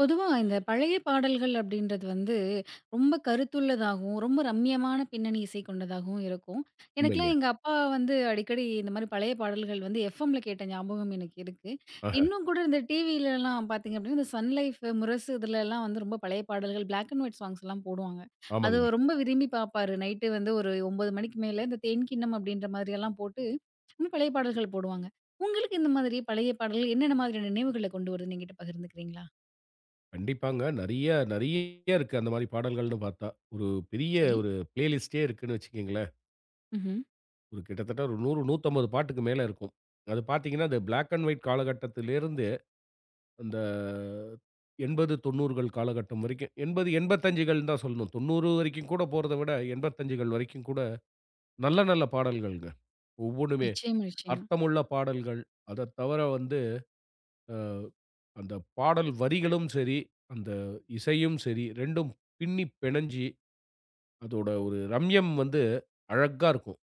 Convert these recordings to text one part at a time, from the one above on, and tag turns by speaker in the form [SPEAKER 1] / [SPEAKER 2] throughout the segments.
[SPEAKER 1] பொதுவா இந்த பழைய பாடல்கள் அப்படின்றது வந்து ரொம்ப கருத்துள்ளதாகவும், ரொம்ப ரம்மியமான பின்னணி இசை கொண்டதாகவும் இருக்கும்.
[SPEAKER 2] உண்மைங்க.
[SPEAKER 1] எனக்கெல்லாம் எங்க அப்பா வந்து அடிக்கடி இந்த மாரி பழைய பாடல்கள் வந்து எஃப்எம்ல கேட்ட ஞாபகம் எனக்கு இருக்கு.
[SPEAKER 2] ஆஹா.
[SPEAKER 1] இன்னும் கூட இந்த டிவிலலாம் பார்த்தீங்க அப்படின்னா, இந்த சன் லைஃப், முரசு இதுலலாம் வந்து ரொம்ப பழைய பாடல்கள் பிளாக் அண்ட் ஒயிட் சாங்ஸ்லாம் போடுவாங்க. அது
[SPEAKER 2] ஆமாங்க.
[SPEAKER 1] ரொம்ப விரும்பி பார்ப்பாரு. நைட்டு வந்து ஒரு 9 மணிக்கு மேல இந்த தேன்கிண்ணம் அப்படின்ற மாதிரியெல்லாம் போட்டு இன்னும் பழைய பாடல்கள் போடுவாங்க. உங்களுக்கு இந்த மாதிரி பழைய பாடல்கள் என்னென்ன மாதிரியான நினைவுகள கொண்டு வருதுன்னு என்கிட்ட பகிர்ந்துக்கிறீங்களா?
[SPEAKER 2] கண்டிப்பாங்க. நெறைய நெறைய இருக்கு அந்த மாரி பாடல்கள்னு பார்த்தா. ஒரு பெரிய
[SPEAKER 1] சரி.
[SPEAKER 2] ஒரு பிளேலிஸ்ட்டே இருக்குன்னு வச்சுக்கங்களேன்.
[SPEAKER 1] ம்ஹ்ம்.
[SPEAKER 2] கிட்டத்தட்ட ஒரு 100, 150 பாட்டுக்கு மேல இருக்கும். அது பார்த்தீங்கன்னா, அந்த பிளாக் அண்ட் ஒயிட் காலகட்டத்திலிருந்து அந்த 80, 90கள் காலகட்டம் வரைக்கும் 80, 85கள்னு தான் சொல்லணும். 90 வரைக்கும் கூட போறத விட 85கள் வரைக்கும் கூட நல்ல நல்ல பாடல்கள்ங்க. ஒவ்வொன்னுமே
[SPEAKER 1] நிச்சயமா, நிச்சயமா.
[SPEAKER 2] அர்த்தமுள்ள பாடல்கள். அத தவிர வந்து அந்த பாடல் வரிகளும் சரி, அந்த இசையும் சரி 2ம் பின்னி பிணைஞ்சு, அதோட ஒரு ரம்யம் வந்து அழகா இருக்கும்.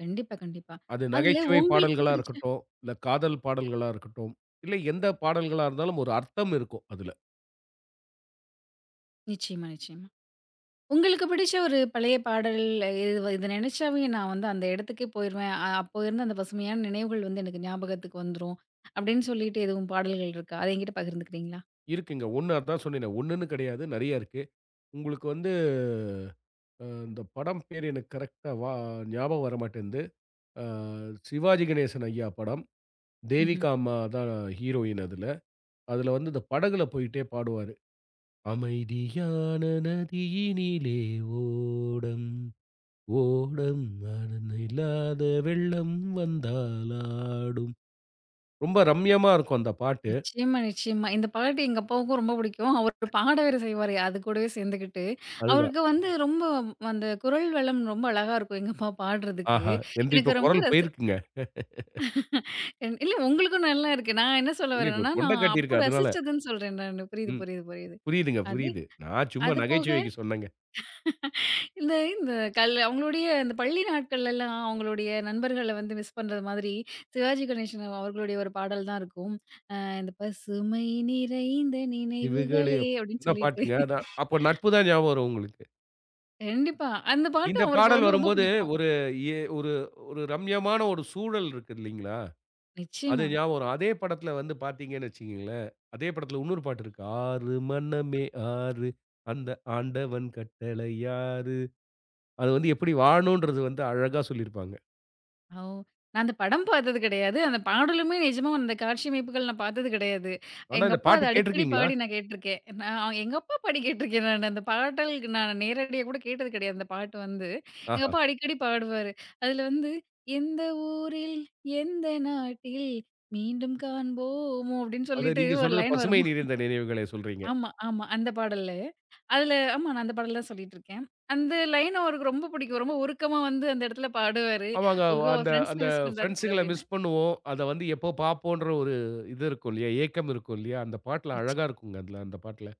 [SPEAKER 1] கண்டிப்பா, கண்டிப்பா.
[SPEAKER 2] அது
[SPEAKER 1] அதுல
[SPEAKER 2] நகைச்சுவை
[SPEAKER 1] உங்களுக்கு
[SPEAKER 2] பாடல்களா
[SPEAKER 1] பிடிச்ச
[SPEAKER 2] இருக்கட்டும், இல்ல காதல் பாடல்களா இருக்கட்டும், இல்ல எந்த பாடல்களா இருந்தாலும் ஒரு அர்த்தம் இருக்கும் அதுல.
[SPEAKER 1] நிச்சயமா, நிச்சயமா. உங்களுக்கு பிடிச்ச ஒரு பழைய பாடல் இது வ இத நினைச்சாவே நான் வந்து அந்த இடத்துக்கே போயிருவேன். அப்போ இருந்த அந்த பசுமையான நினைவுகள் வந்து எனக்கு ஞாபகத்துக்கு வந்துரும். அப்படின்னு சொல்லிட்டு எதுவும் பாடல்கள் இருக்கா? அத என்கிட்ட பகிர்ந்துக்கிறீங்களா?
[SPEAKER 2] இருக்குங்க. 1 அதான் சொன்னேனே 1ன்னு கிடையாது. நெறைய இருக்கு. உங்களுக்கு வந்து இந்த படம் பேரு எனக்கு கரெக்ட்டா ஞாபகம் வர மாட்டேன்து. அ சிவாஜி கணேசன் ஐயா படம்.
[SPEAKER 1] ம்ஹ்ம்.
[SPEAKER 2] தேவிகா அம்மா தான் ஹீரோயின் அதுல. அதுல வந்து இந்த படகுல போயிட்டே பாடுவாரு. அமைதியான நதியினிலே ஓடம் ஓடம் அணை இல்லாத வெள்ளம் வந்தால் ஆடும். ரொம்ப ரம்யமா இருக்கும் அந்த பாட்டு.
[SPEAKER 1] நிச்சயமா, நிச்சயமா. இந்த பாட்டு எங்க அப்பாவுக்கும் ரொம்ப பிடிக்கும். அவரு பாட வேற செய்வாரு. அது கூடவே சேர்ந்துக்கிட்டு.
[SPEAKER 2] அதுதான்.
[SPEAKER 1] அவருக்கு வந்து ரொம்ப அந்த குரல் வளம் ரொம்ப அழகா இருக்கும் எங்க அப்பா பாடுறதுக்கு.
[SPEAKER 2] ஆஹா! என்து இப்ப
[SPEAKER 1] எனக்கு ரொம்ப
[SPEAKER 2] குரல்
[SPEAKER 1] ரசி
[SPEAKER 2] போயிருக்குங்க.
[SPEAKER 1] இல்ல உங்களுக்கும் நல்லா இருக்கு. நான் என்ன சொல்ல
[SPEAKER 2] இல்ல இப்ப
[SPEAKER 1] வரேன்னா,
[SPEAKER 2] தொண்ட
[SPEAKER 1] நான் அப்போ
[SPEAKER 2] கட்டியிருக்கு அதனால.
[SPEAKER 1] ரசிச்சதுன்னு சொல்றேன் நானு. புரியுது,
[SPEAKER 2] ம்.
[SPEAKER 1] புரியுது, புரியுது.
[SPEAKER 2] புரியுதுங்க,
[SPEAKER 1] அது
[SPEAKER 2] புரியுது. நான் சும்மா
[SPEAKER 1] அது போக
[SPEAKER 2] நகைச்சுவைக்கு சொன்னேங்க.
[SPEAKER 1] இந்த இந்த கல் அவங்களுடைய இந்த பள்ளி நாட்கள்லலாம் அவங்களுடைய நண்பர்கள வந்து மிஸ் பண்றது மாதிரி, சிவாஜி கணேசன் அவர்களுடைய ஒரு பாடல் தான் இருக்கும். அ இந்த "பசுமை நிறைந்த
[SPEAKER 2] இவைகளே
[SPEAKER 1] நினைவுகளே" அப்படின்னு
[SPEAKER 2] என்ன
[SPEAKER 1] சொல்லிட்டு.
[SPEAKER 2] பாட்டுங்க. அதான் அப்ப நட்பு தான் ஞாபகம் வரும் உங்களுக்கு.
[SPEAKER 1] கண்டிப்பா. அந்த பாட்டு
[SPEAKER 2] இந்த
[SPEAKER 1] அவருக்கு
[SPEAKER 2] பாடல்
[SPEAKER 1] வந்து ரொம்ப
[SPEAKER 2] வரும்போது
[SPEAKER 1] பிடிக்கும்.
[SPEAKER 2] ஒரு ஒரு ஒரு ரம்யமான ஒரு சூழல் இருக்கு இல்லீங்களா? அது
[SPEAKER 1] நிச்சயமா.
[SPEAKER 2] ஞாபகம் வரும். அதே படத்துல வந்து பாத்தீங்கன்னு வச்சுக்கங்களேன், அதே படத்துல இன்னொரு பாட்டு இருக்கு. ஆறு மனமே ஆறு, அந்த ஆண்டவன் கட்டளை ஆறு. அது வந்து எப்படி வாழணும்ன்றது வந்து அழகா சொல்லியிருப்பாங்க.
[SPEAKER 1] ஓ! நான் அந்த படம் பார்த்தது கிடையாது. அந்த பாடலுமே நிஜமா அந்த காட்சி அமைப்புகள் நான் பார்த்தது கிடையாது.
[SPEAKER 2] ஆனா
[SPEAKER 1] எங்க
[SPEAKER 2] இந்த
[SPEAKER 1] அப்பா அத
[SPEAKER 2] பாட்டு
[SPEAKER 1] அடிக்கடி
[SPEAKER 2] கேட்டுருக்கீங்களா?
[SPEAKER 1] பாடி நான் கேட்டுருக்கேன். நான் எங்க அப்பா பாடி கேட்டுருக்கேன் நானு. அந்த பாடல் நான் நேரடியா கூட கேட்டது கிடையாது. அந்த பாட்டு வந்து. எங்க
[SPEAKER 2] ஆஹா.
[SPEAKER 1] அப்பா அடிக்கடி பாடுவாரு. அதுல வந்து "எந்த ஊரில், எந்த நாட்டில் மீண்டும் காண்போமோ" அப்படின்னு
[SPEAKER 2] அது
[SPEAKER 1] சொல்லிட்டு
[SPEAKER 2] நீங்க
[SPEAKER 1] ஒரு
[SPEAKER 2] சொல்றது
[SPEAKER 1] லைன்
[SPEAKER 2] பசுமை
[SPEAKER 1] வரும்.
[SPEAKER 2] நிறைந்த நினைவுகள சொல்றீங்க.
[SPEAKER 1] ஆமா, ஆமா. அந்த பாடலு. அதுல ஆமா நான் அந்த பாடல் தான் சொல்லிட்டு இருக்கேன். அந்த லைன் அவருக்கு ரொம்ப பிடிக்கும். ரொம்ப உருக்கமா வந்து அந்த இடத்துல பாடுவாரு.
[SPEAKER 2] ஆமாங்க.
[SPEAKER 1] "ஐயோ! அவர்
[SPEAKER 2] அந்த
[SPEAKER 1] ஃப்ரெண்ட்ஸ்லாம்
[SPEAKER 2] அந்த
[SPEAKER 1] மிஸ் பண்றாரு போல"
[SPEAKER 2] ஃபிரெண்ட்ஸுங்கள
[SPEAKER 1] அப்படின்னு.
[SPEAKER 2] மிஸ் பண்ணுவோம். அத வந்து எப்போ பாப்போன்ற ஒரு இது இருக்கும் இல்லையா? ஏக்கம் இருக்கும் இல்லையா? அந்த பாட்டுல
[SPEAKER 1] நிச்ச
[SPEAKER 2] அழகா இருக்குங்க அதுல அந்த பாட்டுல.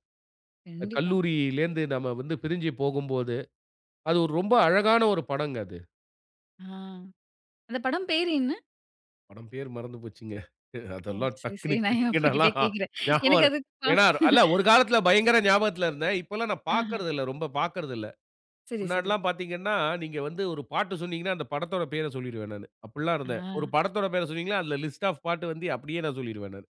[SPEAKER 2] இந்த
[SPEAKER 1] கண்டிப்பா.
[SPEAKER 2] கல்லூரியிலேருந்து நம்ம வந்து பிரிஞ்சு போகும்போது, அது ஒரு ரொம்ப அழகான ஒரு படங்க அது.
[SPEAKER 1] ஆ அந்த படம் பேரு என்ன?
[SPEAKER 2] படம் பேர் மறந்து போச்சுங்க.
[SPEAKER 1] ஓ!
[SPEAKER 2] அதெல்லாம்
[SPEAKER 1] சரி,
[SPEAKER 2] டக்குனு
[SPEAKER 1] சரி. நான் என் அப்பா கிட்டயே
[SPEAKER 2] கேட்டீங்கனாலாம்
[SPEAKER 1] கேட்கிறேன்.
[SPEAKER 2] ஞாபகம்
[SPEAKER 1] எனக்கு
[SPEAKER 2] வர
[SPEAKER 1] அது பா
[SPEAKER 2] ஏன்னா, அல்ல ஒரு காலத்துல பயங்கர ஞாபகத்துல இருந்தேன். இப்பலாம் நான்
[SPEAKER 1] ஆஹா.
[SPEAKER 2] பார்க்கறதில்ல. ரொம்ப பார்க்கறதில்ல.
[SPEAKER 1] சரி, சரி.
[SPEAKER 2] முன்னாடிலாம் பார்த்தீங்கன்னா, நீங்க வந்து ஒரு பாட்டு சொன்னீங்கன்னா, அந்த படத்தோட பேர சொல்லிருவேன் நானு. அப்படிலாம் இருந்தேன். ஒரு
[SPEAKER 1] ஆ
[SPEAKER 2] படத்தோட பேர சொன்னீங்கன்னா, அதுல லிஸ்ட் ஆஃப் பாட்டு வந்து அப்படியே நான் சொல்லிருவேன் நானு.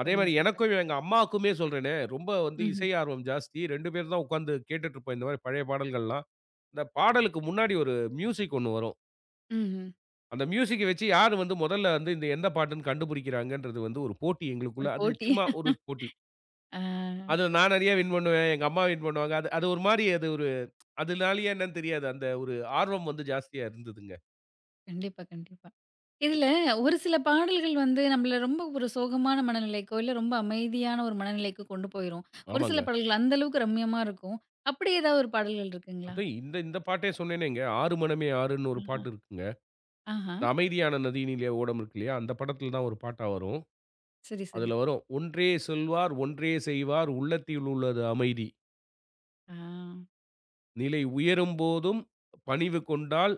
[SPEAKER 2] அதே மாரி
[SPEAKER 1] சூப்பர்.
[SPEAKER 2] எனக்கும் எங்க அம்மாவுக்குமே சொல்றேனே, ரொம்ப வந்து
[SPEAKER 1] ம்ஹ்ம்.
[SPEAKER 2] இசை ஆர்வம் ஜாஸ்தி. 2 பேரும் தான் உட்கார்ந்து கேட்டுட்டு இருப்போம். இந்த மாரி பழைய பாடல்கள்லாம். இந்த பாடலுக்கு முன்னாடி ஒரு மியூசிக் ஒண்ணு வரும்.
[SPEAKER 1] ம்ஹ்ம்.
[SPEAKER 2] அந்த மியூசிக்க வச்சு யாரு வந்து முதல்ல வந்து இந்த எந்த பாட்டுன்னு கண்டுபிடிக்கிறாங்கன்றது வந்து ஒரு போட்டி
[SPEAKER 1] ஒரு
[SPEAKER 2] எங்களுக்குள்ள. அது
[SPEAKER 1] போட்டி.
[SPEAKER 2] சும்மா ஒரு போட்டி.
[SPEAKER 1] ஆ.
[SPEAKER 2] அதுல நான் நெறைய வின் பண்ணுவேன். எங்க அம்மா வின் பண்ணுவாங்க. அது அது ஒரு மாரி அது ஒரு அதுனாலயா என்னன்னு தெரியாது. அந்த ஒரு ஆர்வம் வந்து ஜாஸ்தியா இருந்ததுங்க.
[SPEAKER 1] கண்டிப்பா, கண்டிப்பா. இதுல ஒரு சில பாடல்கள் வந்து நம்மள ரொம்ப ஒரு சோகமான மனநிலைக்கோ, இல்ல ரொம்ப அமைதியான ஒரு மனநிலைக்கு கொண்டு போயிரும். ஒரு சில
[SPEAKER 2] ஆமாங்க.
[SPEAKER 1] பாடல்கள் அந்த அளவுக்கு ரம்மியமா இருக்கும். அப்படி ஏதாவது ஒரு பாடல்கள் இருக்குங்களா?
[SPEAKER 2] அதான் இந்த இந்த பாட்டே சொன்னேனேங்க. "ஆறு மனமே ஆறுன்னு" ஒரு
[SPEAKER 1] ஆஹா.
[SPEAKER 2] பாட்டு இருக்குங்க.
[SPEAKER 1] ஆஹா.
[SPEAKER 2] இந்த "அமைதியான நதியினிலே ஓடம்" இருக்கு இல்லையா? அந்த படத்துல தான் ஒரு பாட்டா வரும்.
[SPEAKER 1] சரி, சரி.
[SPEAKER 2] அதுல வரும் "ஒன்றே சொல்வார், ஒன்றே செய்வார் உள்ளத்தில் உள்ளது அமைதி.
[SPEAKER 1] ஆ.
[SPEAKER 2] நிலை உயரும் போதும் பணிவு கொண்டால்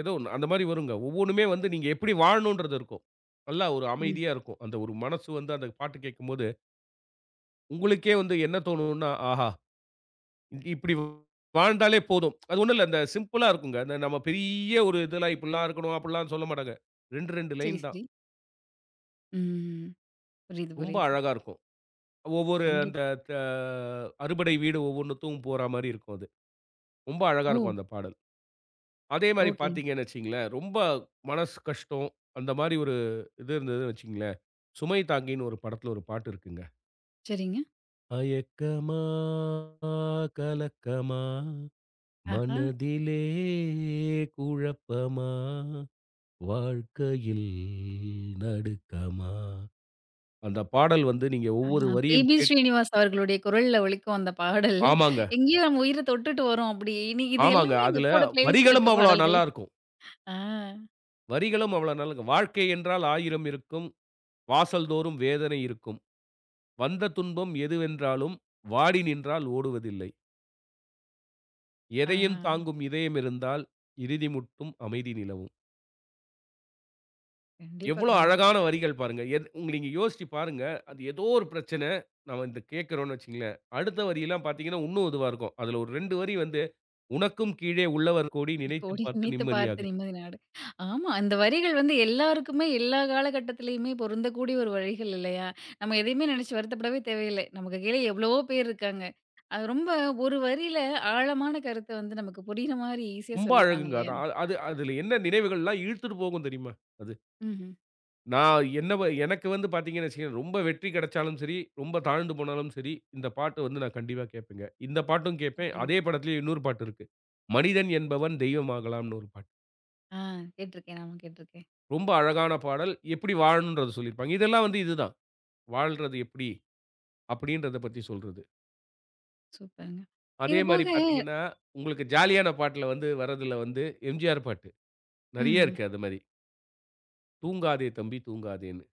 [SPEAKER 2] ஏதோ ஒண்ணு. அந்த மாரி வருங்க. ஒவ்வொன்னுமே வந்து நீங்க எப்படி வாழணுன்றது இருக்கும். நல்லா ஒரு
[SPEAKER 1] ம்.
[SPEAKER 2] அமைதியா இருக்கும். அந்த ஒரு மனசு வந்து அந்த பாட்டு கேட்கும்போது, உங்களுக்கே வந்து என்ன தோணும்னா, ஆஹா! இப்படி வாழ்ந்தாலே போதும். அது ஒண்ணும் இல்ல. அந்த சிம்பிளா இருக்குங்க. அந்த நம்ம பெரிய ஒரு இதெல்லாம் இப்படிலாம் இருக்கணும், அப்படிலாம் சொல்ல மாட்டாங்க. 2, 2
[SPEAKER 1] சரி,
[SPEAKER 2] லைன் தான்.
[SPEAKER 1] சரி. ம். புரியுது,
[SPEAKER 2] ரொம்ப
[SPEAKER 1] புரியுது.
[SPEAKER 2] அழகா இருக்கும். ஒவ்வொரு அந்த
[SPEAKER 1] கண்டிப்பா.
[SPEAKER 2] த அறுபடை வீடு ஒவ்வொன்னுத்துக்கும் போற மாரி இருக்கும் அது. ரொம்ப அழகா
[SPEAKER 1] ஓ!
[SPEAKER 2] இருக்கும் அந்த பாடல். அதே மாரி
[SPEAKER 1] ஓகே.
[SPEAKER 2] பார்த்தீங்கன்னு வச்சுக்கங்களேன், ரொம்ப மனசு கஷ்டம். அந்த மாரி ஒரு இது இருந்ததுன்னு வச்சுக்கங்களேன், சுமை தாங்கின்னு ஒரு படத்துல ஒரு பாட்டு இருக்குங்க.
[SPEAKER 1] சரிங்க.
[SPEAKER 2] "அயக்கமா கலக்கமா
[SPEAKER 1] ஆஹா.
[SPEAKER 2] மனதிலே குழப்பமா வாழ்க்கையில் நடுக்கமா" அந்த பாடல் வந்து நீங்க
[SPEAKER 1] ஆ.
[SPEAKER 2] ஒவ்வொரு
[SPEAKER 1] ஆ
[SPEAKER 2] வரியும்
[SPEAKER 1] பி.பி. ஸ்ரீனிவாஸ் அவர்களுடைய குரல்ல ஒலிக்கும் அந்த பாடல்.
[SPEAKER 2] ஆமாங்க,
[SPEAKER 1] எங்கேயோ நம்ம உயிர தொட்டுட்டு வரும் அப்படி. இனி இது
[SPEAKER 2] ஆமாங்க.
[SPEAKER 1] எல்லாமே எங்க
[SPEAKER 2] அதுல
[SPEAKER 1] அப்பாவோட பிளேலிஸ்ட்ல
[SPEAKER 2] வரிகளும்
[SPEAKER 1] இருக்க
[SPEAKER 2] அவ்வளோ
[SPEAKER 1] பாடல்கள்.
[SPEAKER 2] நல்லாருக்கும்.
[SPEAKER 1] ஆ.
[SPEAKER 2] வரிகளும் அவ்வளோ நல்லாருக்கும். "வாழ்க்கை என்றால் ஆயிரம் இருக்கும். வாசல் தோறும் வேதனை இருக்கும்." வந்த துன்பம் எதுவென்றாலும் வாடி நின்றால் ஓடுவதில்லை.
[SPEAKER 1] ஆ.
[SPEAKER 2] எதையும் தாங்கும் இதயம் இருந்தால் இறுதி முட்டும் அமைதி நிலவும்.
[SPEAKER 1] கண்டிப்பா,
[SPEAKER 2] எவ்வளோ
[SPEAKER 1] கண்டிப்பா.
[SPEAKER 2] அழகான வரிகள் பாருங்க. எது உங்க நீங்க யோசிச்சு பாருங்க. அது ஏதோ ஒரு பிரச்சனை. நம்ம இந்த கேட்கிறோம்னு வச்சுக்கங்களேன். அடுத்த வரியெல்லாம் பார்த்தீங்கன்னா, இன்னும் இதுவா இருக்கும். அதுல ஒரு 2 வரி வந்து, "உனக்கும் கீழே உள்ளவர் கோடி நினைத்துப்
[SPEAKER 1] "கோடி
[SPEAKER 2] பார்த்து
[SPEAKER 1] நினைத்து பார்த்த
[SPEAKER 2] நிம்மதியாகு."
[SPEAKER 1] நிம்மதி நாடு." ஆமா, அந்த வரிகள் வந்து எல்லாருக்குமே எல்லா காலகட்டத்திலயுமே பொருந்தக்கூடிய ஒரு வரிகள் இல்லையா? நம்ம எதையுமே நினைச்சு வருத்தப்படவே தேவையில்லை. நமக்கு கீழ எவ்வளவோ பேர் இருக்காங்க. அது ரொம்ப ஒரு வரியில ஆழமான கருத்த வந்து நமக்கு புரியிற மாரி ஈஸியா
[SPEAKER 2] ரொம்ப
[SPEAKER 1] சொல்லிட்டாங்க
[SPEAKER 2] அழகுங்க. அது
[SPEAKER 1] இல்லையா?
[SPEAKER 2] அது அதுல என்ன நினைவுகள்லாம் இழுத்துட்டு போகும் தெரியுமா? அது.
[SPEAKER 1] ம்ஹ்ம்.
[SPEAKER 2] நான் என்ன எனக்கு வந்து பார்த்தீங்கன்னு வச்சுக்கங்க, ரொம்ப வெற்றி கிடைச்சாலும் சரி, ரொம்ப தாழ்ந்து போனாலும் சரி, இந்த பாட்டு வந்து நான் கண்டிப்பா கேட்பேங்க. இந்த பாட்டும் கேட்பேன்.
[SPEAKER 1] சூப்பருங்க.
[SPEAKER 2] அதே படத்திலேயே இன்னொரு பாட்டு இருக்கு. மனிதன் என்பவன் தெய்வம் ஆகலாம்னு ஒரு பாட்டு.
[SPEAKER 1] ஆ கேட்டுருக்கேன். நானும் கேட்டுருக்கேன்.
[SPEAKER 2] ரொம்ப அழகான பாடல். எப்படி வாழணும்ன்றத சொல்லியிருப்பாங்க. இதெல்லாம் வந்து இதுதான். வாழ்றது எப்படி? அப்படின்றத பத்தி சொல்றது.
[SPEAKER 1] சூப்பருங்க.
[SPEAKER 2] அதே
[SPEAKER 1] இது
[SPEAKER 2] மாரி
[SPEAKER 1] போக
[SPEAKER 2] பார்த்தீங்கன்னா, உங்களுக்கு ஜாலியான பாட்டுல வந்து வரதுல வந்து எம்ஜிஆர் பாட்டு. நெறைய
[SPEAKER 1] ம்ஹ்ம்,
[SPEAKER 2] இருக்கு அது மாரி. தூங்காதே தம்பி தூங்காதேன்னு.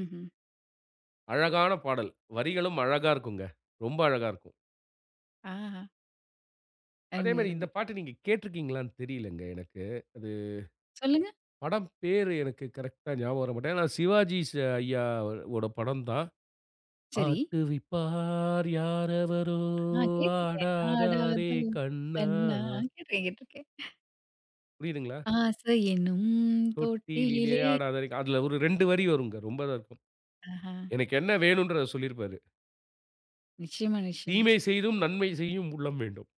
[SPEAKER 1] ம்ஹ்ம்.
[SPEAKER 2] அழகான பாடல். வரிகளும் அழகா இருக்குங்க. ரொம்ப அழகா இருக்கும்.
[SPEAKER 1] ஆஹா!
[SPEAKER 2] அதே
[SPEAKER 1] அருமை,
[SPEAKER 2] மாரி
[SPEAKER 1] அருமை.
[SPEAKER 2] இந்த பாட்டு நீங்க கேட்டிருக்கீங்களான்னு தெரியலங்க எனக்கு. அது
[SPEAKER 1] சொல்லுங்க.
[SPEAKER 2] படம் பேரு எனக்கு கரெக்ட்டா ஞாபகம் வர மாட்டேங்குது. ஆனா சிவாஜி ஐயா ஓட படம் தான்.
[SPEAKER 1] சரி.
[SPEAKER 2] ஆட்டுவிப்பார் யாரவரோ
[SPEAKER 1] ஆ கேட்டுருக்கேன்.
[SPEAKER 2] ஆடாதாரே
[SPEAKER 1] ஆடாதோ
[SPEAKER 2] கண்ணா.
[SPEAKER 1] கண்ணா கேட்டுருக்கேன், கேட்டுருக்கேன்.
[SPEAKER 2] புரியுதுங்களா?
[SPEAKER 1] ஆசையெனும்
[SPEAKER 2] தொட்டிலிலே
[SPEAKER 1] தொட்டிலிலே
[SPEAKER 2] ஆடாதாரே அதுல ஒரு 2 வரி வருங்க. ரொம்ப இதா இருக்கும்.
[SPEAKER 1] ஆஹா!
[SPEAKER 2] எனக்கு என்ன வேணும்ன்றத சொல்லியிருப்பாரு.
[SPEAKER 1] நிச்சயமா, நிச்சயமா.
[SPEAKER 2] தீமை செய்தும் நன்மை செய்யும் உள்ளம் வேண்டும்.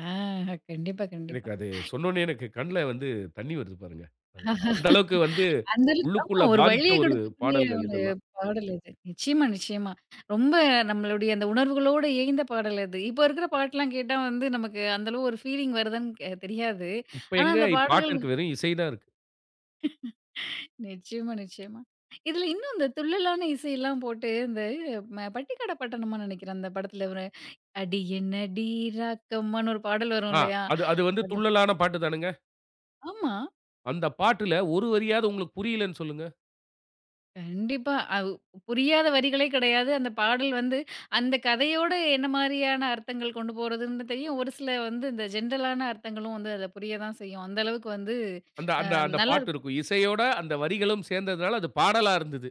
[SPEAKER 1] ஆ கண்டிப்பா, கண்டிப்பா.
[SPEAKER 2] எனக்கு அது சொன்னோனே எனக்கு கண்ல வந்து தண்ணி வருது பாருங்க. அது அந்த அளவுக்கு வந்து
[SPEAKER 1] அந்த அளவுக்கு ஆமா
[SPEAKER 2] உள்ளுக்குள்ள
[SPEAKER 1] ஒரு
[SPEAKER 2] பாதிச்ச
[SPEAKER 1] வழிய
[SPEAKER 2] ஒரு
[SPEAKER 1] கொடுக்கக்கூடிய
[SPEAKER 2] பாடல்கள்
[SPEAKER 1] ஒரு
[SPEAKER 2] இதெல்லாம்.
[SPEAKER 1] பாடல் இது. நிச்சயமா, நிச்சயமா. ரொம்ப நம்மளுடைய அந்த உணர்வுகளோடு இயைந்த பாடல் அது. இப்போ இருக்கிற பாட்டெல்லாம் கேட்டா வந்து நமக்கு அந்த அளவு ஒரு ஃபீலிங் வருதான்னு கெ தெரியாது.
[SPEAKER 2] இப்ப
[SPEAKER 1] ஆனா
[SPEAKER 2] எங்க
[SPEAKER 1] அந்த
[SPEAKER 2] பாட்டு
[SPEAKER 1] பாடல்கள்
[SPEAKER 2] இருக்கு. வெறும் இசை தான் இருக்கு.
[SPEAKER 1] நிச்சயமா, நிச்சயமா. இதில இன்னும் இந்த துள்ளலான இசையெல்லாம் போட்டு இந்த ம பட்டிக்காட பட்டணமா நினைக்கிறேன் அந்த படத்தில ஒரு "அடி என்னடி ராக்கம்மான்னு" ஒரு பாடல் வரும்
[SPEAKER 2] ஆ
[SPEAKER 1] இல்லையா?
[SPEAKER 2] அது அது வந்து
[SPEAKER 1] அது
[SPEAKER 2] துள்ளலான பாட்டு தானுங்க.
[SPEAKER 1] ஆமா.
[SPEAKER 2] அந்த பாட்டுல ஒரு வரியாவது உங்களுக்கு புரியலன்னு சொல்லுங்க.
[SPEAKER 1] கண்டிப்பா. அது புரியாத வரிகளே கிடையாது. அந்த பாடல் வந்து அந்த கதையோட என்ன மாரியான அர்த்தங்கள் கொண்டு போறதுன்னு தெரியும். ஒரு சில வந்து இந்த ஜென்ரலான அர்த்தங்களும் வந்து அதில புரிய தான் செய்யும். அந்த அளவுக்கு வந்து
[SPEAKER 2] அந்த அந்த
[SPEAKER 1] அம்
[SPEAKER 2] அந்த பாட்டு
[SPEAKER 1] நல்லாருக்கும்.
[SPEAKER 2] இருக்கும். இசையோட அந்த வரிகளும் சேர்ந்ததுனால அது பாடலா இருந்தது.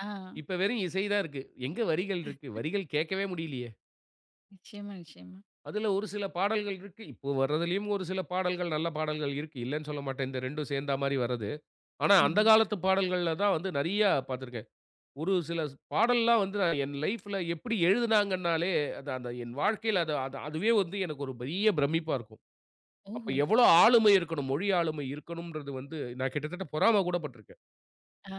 [SPEAKER 1] ஆ
[SPEAKER 2] இப்ப வெறும் இசை தான் இருக்கு. எங்க வரிகள் இருக்கு? வரிகள் கேட்கவே முடியலையே!
[SPEAKER 1] நிச்சயமா, நிச்சயமா.
[SPEAKER 2] அதுல ஒரு சில பாடல்கள் இருக்கு. இப்போ வர்றதுலயும் ஒரு சில பாடல்கள் நல்ல பாடல்கள் இருக்கு. இல்லன்னு சொல்ல மாட்டேன். இந்த 2ம் சேர்ந்தா மாரி வர்றது. ஆனா, அந்த
[SPEAKER 1] ம்.
[SPEAKER 2] காலத்து பாடல்கள்ல தான் வந்து நெறைய பார்த்திருக்கேன். ஒரு சில பாடல்லாம் வந்து நான் என் லைஃப்ல எப்படி எழுதுனாங்கன்னாலே, அது அந்த என் வாழ்க்கையில அது அது அதுவே வந்து எனக்கு ஒரு பெரிய பிரமிப்பா இருக்கும். அப்ப
[SPEAKER 1] ஓஹோ!
[SPEAKER 2] எவ்வளோ ஆளுமை இருக்கணும், மொழி ஆளுமை இருக்கணும்ன்றது வந்து நான் கிட்டத்தட்ட பொறாம கூட பட்டுருக்கேன்.
[SPEAKER 1] ஆ.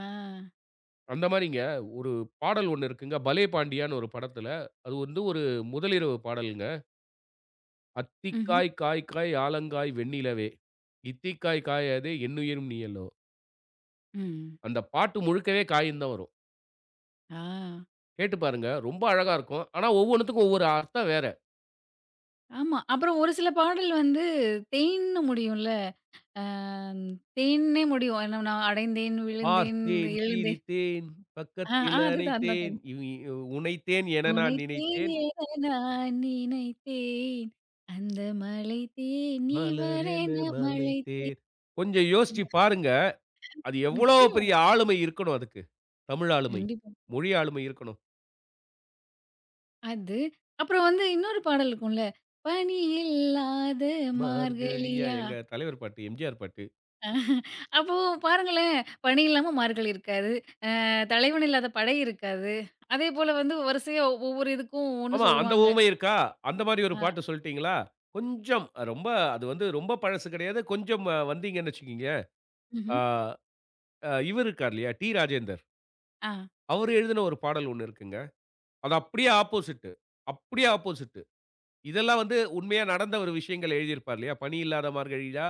[SPEAKER 2] அந்த மாரிங்க ஒரு பாடல் ஒண்ணு இருக்குங்க. பலே பாண்டியான்னு ஒரு படத்துல, அது வந்து ஒரு முதலிரவு பாடல்ங்க.
[SPEAKER 1] ம்ஹ்ம்.
[SPEAKER 2] "அத்திக்காய் காய்க்காய் ஆலங்காய் வெண்ணிலவே, இத்திக்காய் காயாதே என்னுயிரும் நீயல்லோ."
[SPEAKER 1] ம்.
[SPEAKER 2] அந்த பாட்டு முழுக்கவே காயின்னு தான் வரும்.
[SPEAKER 1] ஆ.
[SPEAKER 2] கேட்டு பாருங்க. ரொம்ப அழகா இருக்கும். ஆனா ஒவ்வொன்னுத்துக்கும் ஒவ்வொரு அர்த்தம் வேற.
[SPEAKER 1] ஆமா. அப்புறம் ஒரு சில பாடல் வந்து தேன்ன்னு முடியும்ல. ஆ தேன்னே முடியும். என்ன நான் அடைந்தேன், விழுந்தேன்,
[SPEAKER 2] பார்த்தேன்,
[SPEAKER 1] எழுந்தேன்.
[SPEAKER 2] சிரித்தேன்,
[SPEAKER 1] ஆ, ஆ
[SPEAKER 2] பக்கத்தில்
[SPEAKER 1] அதுதான்
[SPEAKER 2] அணைத்தேன்,
[SPEAKER 1] அதுதான்.
[SPEAKER 2] இவ் இ உனைத்தேன் என நான்
[SPEAKER 1] உனைத்தேன்
[SPEAKER 2] நினைத்தேன்,
[SPEAKER 1] என நான் நினைத்தேன். அந்த மலைத்தேன் நீ
[SPEAKER 2] மலரென
[SPEAKER 1] வரேன மழைத்தேன்.
[SPEAKER 2] மலைத்தேன். கொஞ்சம் யோசிச்சு பாருங்க. அது எவ்வளோ
[SPEAKER 1] நிச்சயமா,
[SPEAKER 2] பெரிய ஆளுமை இருக்கணும் அதுக்கு. தமிழ் ஆளுமை,
[SPEAKER 1] கண்டிப்பா.
[SPEAKER 2] மொழி ஆளுமை இருக்கணும்.
[SPEAKER 1] அது. அப்புறம் வந்து இன்னொரு பாடல் இருக்கும்ல. பனி இல்லாத
[SPEAKER 2] மார்கழியா
[SPEAKER 1] மார்கழியா.
[SPEAKER 2] எங்க தலைவர் பாட்டு, எம்ஜிஆர் பாட்டு.
[SPEAKER 1] அப்போ பாருங்களேன், பனி இல்லாம மார்கழி இருக்காது. அ தலைவன் இல்லாத படை இருக்காது. அதேபோல வந்து வரிசையா ஒவ்வொரு இதுக்கும் ஒண்ணு
[SPEAKER 2] ஆமா, அந்த
[SPEAKER 1] சொல்லுவாங்க.
[SPEAKER 2] உவமை இருக்கா? அந்த மாரி ஒரு
[SPEAKER 1] ஆ.
[SPEAKER 2] பாட்டு சொல்ட்டீங்களா? கொஞ்சம் ரொம்ப அது வந்து ரொம்ப பழசு கிடையாது. கொஞ்சம் வந்தீங்கன்னு வச்சுக்கங்க. ஆ
[SPEAKER 1] ம்ஹ்ம்.
[SPEAKER 2] இவரு இருக்கார் இல்லையா? டி. ராஜேந்தர்.
[SPEAKER 1] ஆ.
[SPEAKER 2] அவரு எழுதின ஒரு பாடல் ஒண்ணு இருக்குங்க. அது அப்படியே ஆப்போசிட் அப்படியே ஆப்போசிட். இதெல்லாம் வந்து உண்மையா நடந்த ஒரு விஷயங்கள் எழுதியிருப்பார் இல்லையா? "பனி இல்லாத மார்கழியா,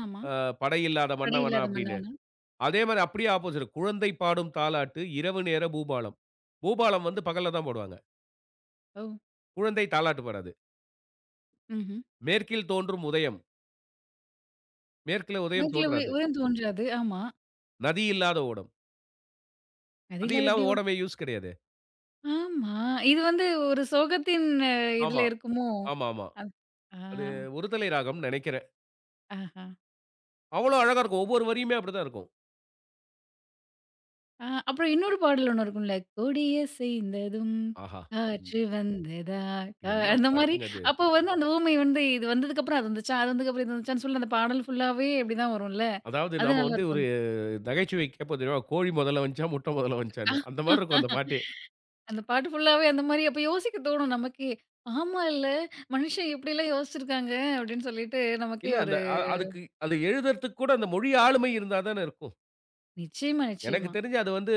[SPEAKER 1] ஆமா.
[SPEAKER 2] அ படை இல்லாத
[SPEAKER 1] படை
[SPEAKER 2] மன்னவனா"
[SPEAKER 1] இல்லாத
[SPEAKER 2] அப்படின்னு.
[SPEAKER 1] மன்னவனா?
[SPEAKER 2] அதே மாரி அப்படியே ஆப்போசிட். "குழந்தை பாடும் தாலாட்டு இரவு நேர பூபாலம்." பூபாலம் வந்து பகல்ல தான் போடுவாங்க.
[SPEAKER 1] ஓ!
[SPEAKER 2] குழந்தை தாலாட்டு பாடாது.
[SPEAKER 1] ம்ஹ்ம்.
[SPEAKER 2] "மேற்கில் தோன்றும் உதயம்." மேற்குல உதயம்
[SPEAKER 1] மேட்டில
[SPEAKER 2] தோன்றாது.
[SPEAKER 1] உயரம் தோன்றாது. ஆமா.
[SPEAKER 2] "நதி இல்லாத ஓடம்."
[SPEAKER 1] அது
[SPEAKER 2] நதி
[SPEAKER 1] இல்லாத எப்படி
[SPEAKER 2] இல்லாம
[SPEAKER 1] ஓடும்?
[SPEAKER 2] ஓடமே யூஸ் கிடையாதே.
[SPEAKER 1] ஆமா. இது வந்து ஒரு சோகத்தின் இதுல
[SPEAKER 2] ஆமா,
[SPEAKER 1] இருக்குமோ?
[SPEAKER 2] ஆமாமா.
[SPEAKER 1] அத் ஆ,
[SPEAKER 2] அது ஒருதலை ராகம்னு நெனைக்கிறேன்.
[SPEAKER 1] ஆஹா.
[SPEAKER 2] அவ்வளோ அழகா இருக்கும். ஒவ்வொரு வரியுமே அப்படிதான் இருக்கும்.
[SPEAKER 1] ஆ அப்புறம் இன்னொரு பாடல் ஒண்ணு இருக்கும்ல, "கொடிய சேய்ந்ததும்
[SPEAKER 2] ஆஹா! ம்
[SPEAKER 1] காற்று வந்ததா" கா
[SPEAKER 2] என்ன
[SPEAKER 1] அந்த மாரி
[SPEAKER 2] பாட்டுங்க அது.
[SPEAKER 1] அப்போ வந்து அந்த ஊமை வந்து இது வந்ததுக்கப்புறம் அது வந்துச்சா, அது வந்ததுக்கப்புறம் இது வந்துச்சான்னு சொல்லி அந்த பாடல் ஃபுல்லாவே இப்படிதான் வரும்ல.
[SPEAKER 2] அதாவது
[SPEAKER 1] அது
[SPEAKER 2] நாம வந்து
[SPEAKER 1] நல்லாருக்கும்.
[SPEAKER 2] நகைச்சுவை கேட்போம் தெரியுமா? கோழி மொதல்ல வந்துச்சா, முட்டை மொதல்ல வந்துச்சான்னு. அந்த மாரி இருக்கும் அந்த பாட்டே.
[SPEAKER 1] அந்த பாட்டு ஃபுல்லாவே அந்த மாரி அப்ப யோசிக்க தோணும் நமக்கே. ஆமா இல்ல, மனுஷன் இப்படிலாம் யோசிச்சிருக்காங்க அப்படின்னு சொல்லிட்டு நமக்கே
[SPEAKER 2] இல்ல
[SPEAKER 1] ஒரு
[SPEAKER 2] அந்த அதுக்கு அத எழுதுறதுக்கு கூட அந்த மொழி ஆளுமை இருந்தா தானே இருக்கும்.
[SPEAKER 1] நிச்சயமா,
[SPEAKER 2] எனக்கு
[SPEAKER 1] நிச்சயமா.
[SPEAKER 2] தெரிஞ்சு அது வந்து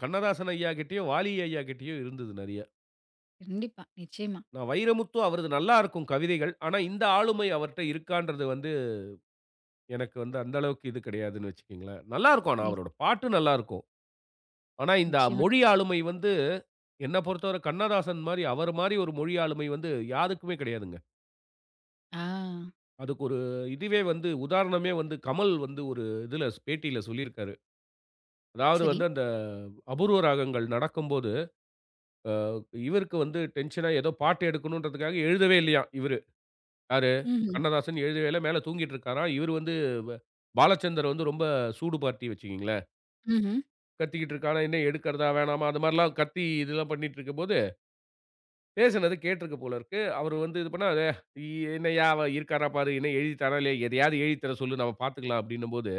[SPEAKER 2] கண்ணதாசன் ஐயா கிட்டயும், வாலி ஐயா கிட்டயும் இருந்தது நெறைய.
[SPEAKER 1] கண்டிப்பா. நிச்சயமா.
[SPEAKER 2] நான் வைரமுத்து அவரது நல்லா இருக்கும் கவிதைகள். ஆனா இந்த ஆளுமை அவர்ட்ட இருக்கான்றது வந்து எனக்கு வந்து அந்த அளவுக்கு இது கிடையாதுன்னு வச்சுக்கங்களேன். நல்லா இருக்கும் ஆனா
[SPEAKER 1] நி
[SPEAKER 2] அவரோட பாட்டு நல்லா இருக்கும். ஆனா இந்த
[SPEAKER 1] நிச்சயமா.
[SPEAKER 2] மொழி ஆளுமை வந்து என்ன பொறுத்தவரை கண்ணதாசன் மாரி, அவர் மாரி ஒரு மொழி ஆளுமை வந்து யாருக்குமே கிடையாதுங்க.
[SPEAKER 1] ஆ.
[SPEAKER 2] அதுக்கு ஒரு இதுவே வந்து உதாரணமே வந்து கமல் வந்து ஒரு இதுல பேட்டியில சொல்லியிருக்காரு. அதாவது
[SPEAKER 1] சரி.
[SPEAKER 2] வந்து அந்த அபூர்வ ராகங்கள் நடக்கும்போது, இவருக்கு வந்து டென்ஷனா ஏதோ பாட்டு எடுக்கணுன்றதுக்காக எழுதவே இல்லையாம் இவரு. யாரு?
[SPEAKER 1] ம்ஹ்ம்.
[SPEAKER 2] கண்ணதாசன் எழுதவே இல்ல. மேல தூங்கிட்டு இருக்காராம். இவரு வந்து வ பாலச்சந்தர் வந்து ரொம்ப சூடு பார்ட்டி வச்சுக்கங்களேன்.
[SPEAKER 1] ம்ஹ்ம்.
[SPEAKER 2] கத்திக்கிட்டு இருக்காராம். என்ன எடுக்கிறதா? வேணாமா? அது மாரிலாம் கத்தி இதெல்லாம் பண்ணிட்டு இருக்கும்போது, பேசினது கேட்டிருக்கு போல இருக்கு. அவரு வந்து இது பண்ணா, "அடே, "என்னய்யா அவன் இருக்காரா பாரு. என்ன எழுதி தரான் இல்லையா? எதையாவது எழுதி தர சொல்லு. நம்ம பார்த்துக்கலாம்" அப்படின்னும்போது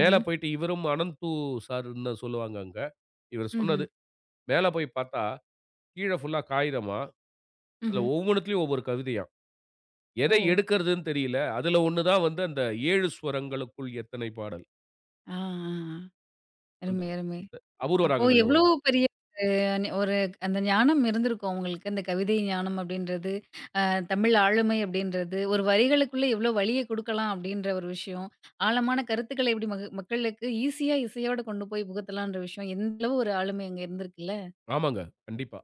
[SPEAKER 2] மேல போயிட்டு இவரும் அனந்து சாருன்னு தான் சொல்லுவாங்க அங்க. இவர்
[SPEAKER 1] ம்ஹ்ம்.
[SPEAKER 2] சொன்னது. மேல போய் பார்த்தா, கீழ ஃபுல்லா காகிதமாம். அதுல
[SPEAKER 1] ம்ஹ்ம்.
[SPEAKER 2] ஒவ்வொனுத்துலயும் ஒவ்வொரு கவிதையாம்.
[SPEAKER 1] ஓ!
[SPEAKER 2] எதை எடுக்கிறதுன்னு தெரியல. அதுல ஒண்ணு தான் வந்து அந்த 7 ஸ்வரங்களுக்குள் எத்தனை பாடல்.
[SPEAKER 1] ஆ, ஆ, ஆ.
[SPEAKER 2] அந்த
[SPEAKER 1] அருமை, அருமை. ம்.
[SPEAKER 2] அபூர்வ
[SPEAKER 1] அப்போ
[SPEAKER 2] ராகங்கள்ல
[SPEAKER 1] எவ்ளோ
[SPEAKER 2] வரும்.
[SPEAKER 1] பெரிய ஒரு அந்த ஞானம் இருந்திருக்கும் உங்களுக்கு. அந்த கவிதை ஞானம் அப்படின்றது, அ தமிழ் ஆளுமை அப்படின்றது, ஒரு வரிகளுக்குள்ள எவ்ளோ வலிய குடுக்கலாம் அப்படின்ற ஒரு விஷயம், ஆழமான கருத்துக்கள எப்படி மக்களுக்கு ஈஸியா இசையோட கொண்டு போய் புகுத்தலான்ற விஷயம், எந்த அளவு ஒரு ஆளுமை அங்க இருந்திருக்குல்ல?
[SPEAKER 2] ஆமாங்க. கண்டிப்பா.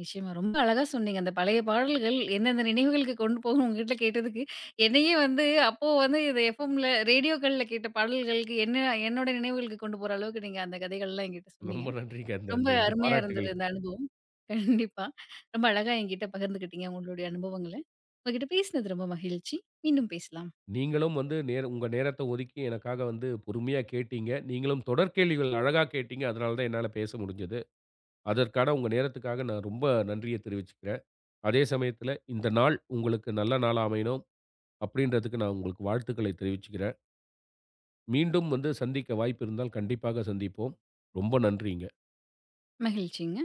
[SPEAKER 1] நிச்சயமா. ரொம்ப அழகா சொன்னீங்க. அந்த பழைய பாடல்கள் எந்தெந்த நினைவுகளுக்கு கொண்டு போகும் உங்ககிட்ட கேட்டதுக்கு, என்னையே வந்து அப்போ வந்து இந்த எஃப்எம்ல ரேடியோக்கள்ல கேட்ட பாடல்களுக்கு என்ன என்னோட நினைவுகளுக்கு கொண்டு போற அளவுக்கு நீங்க அந்த கதைகள்லாம் என்கிட்ட சொன்னீங்க.
[SPEAKER 2] ரொம்ப நன்றிங்க. அந்த
[SPEAKER 1] ரொம்ப
[SPEAKER 2] அந்த இந்த
[SPEAKER 1] அருமையா இருந்தது
[SPEAKER 2] பாராட்டுகளுக்கு.
[SPEAKER 1] இந்த அனுபவம். கண்டிப்பா. ரொம்ப அழகா என்கிட்ட பகிர்ந்துக்கிட்டீங்க உங்களுடைய அனுபவங்கள. உங்ககிட்ட பேசினது ரொம்ப மகிழ்ச்சி. மீண்டும் பேசலாம்.
[SPEAKER 2] நீங்களும் வந்து நேர உங்க நேரத்த ஒதுக்கி எனக்காக வந்து பொறுமையா கேட்டீங்க. நீங்களும் தொடர் கேள்விகள் அழகா கேட்டீங்க. அதனால தான் என்னால பேச முடிஞ்சது. அதற்கான உங்க நேரத்துக்காக நான் ரொம்ப நன்றிய தெரிவிச்சுக்கிறேன். அதே சமயத்துல, இந்த நாள் உங்களுக்கு நல்ல நாளா அமையணும் அப்படின்றதுக்கு நான் உங்களுக்கு வாழ்த்துக்களை தெரிவிச்சுக்கிறேன். மீண்டும் வந்து சந்திக்க வாய்ப்பு இருந்தால் கண்டிப்பாக சந்திப்போம். ரொம்ப நன்றிங்க.
[SPEAKER 1] மகிழ்ச்சிங்க.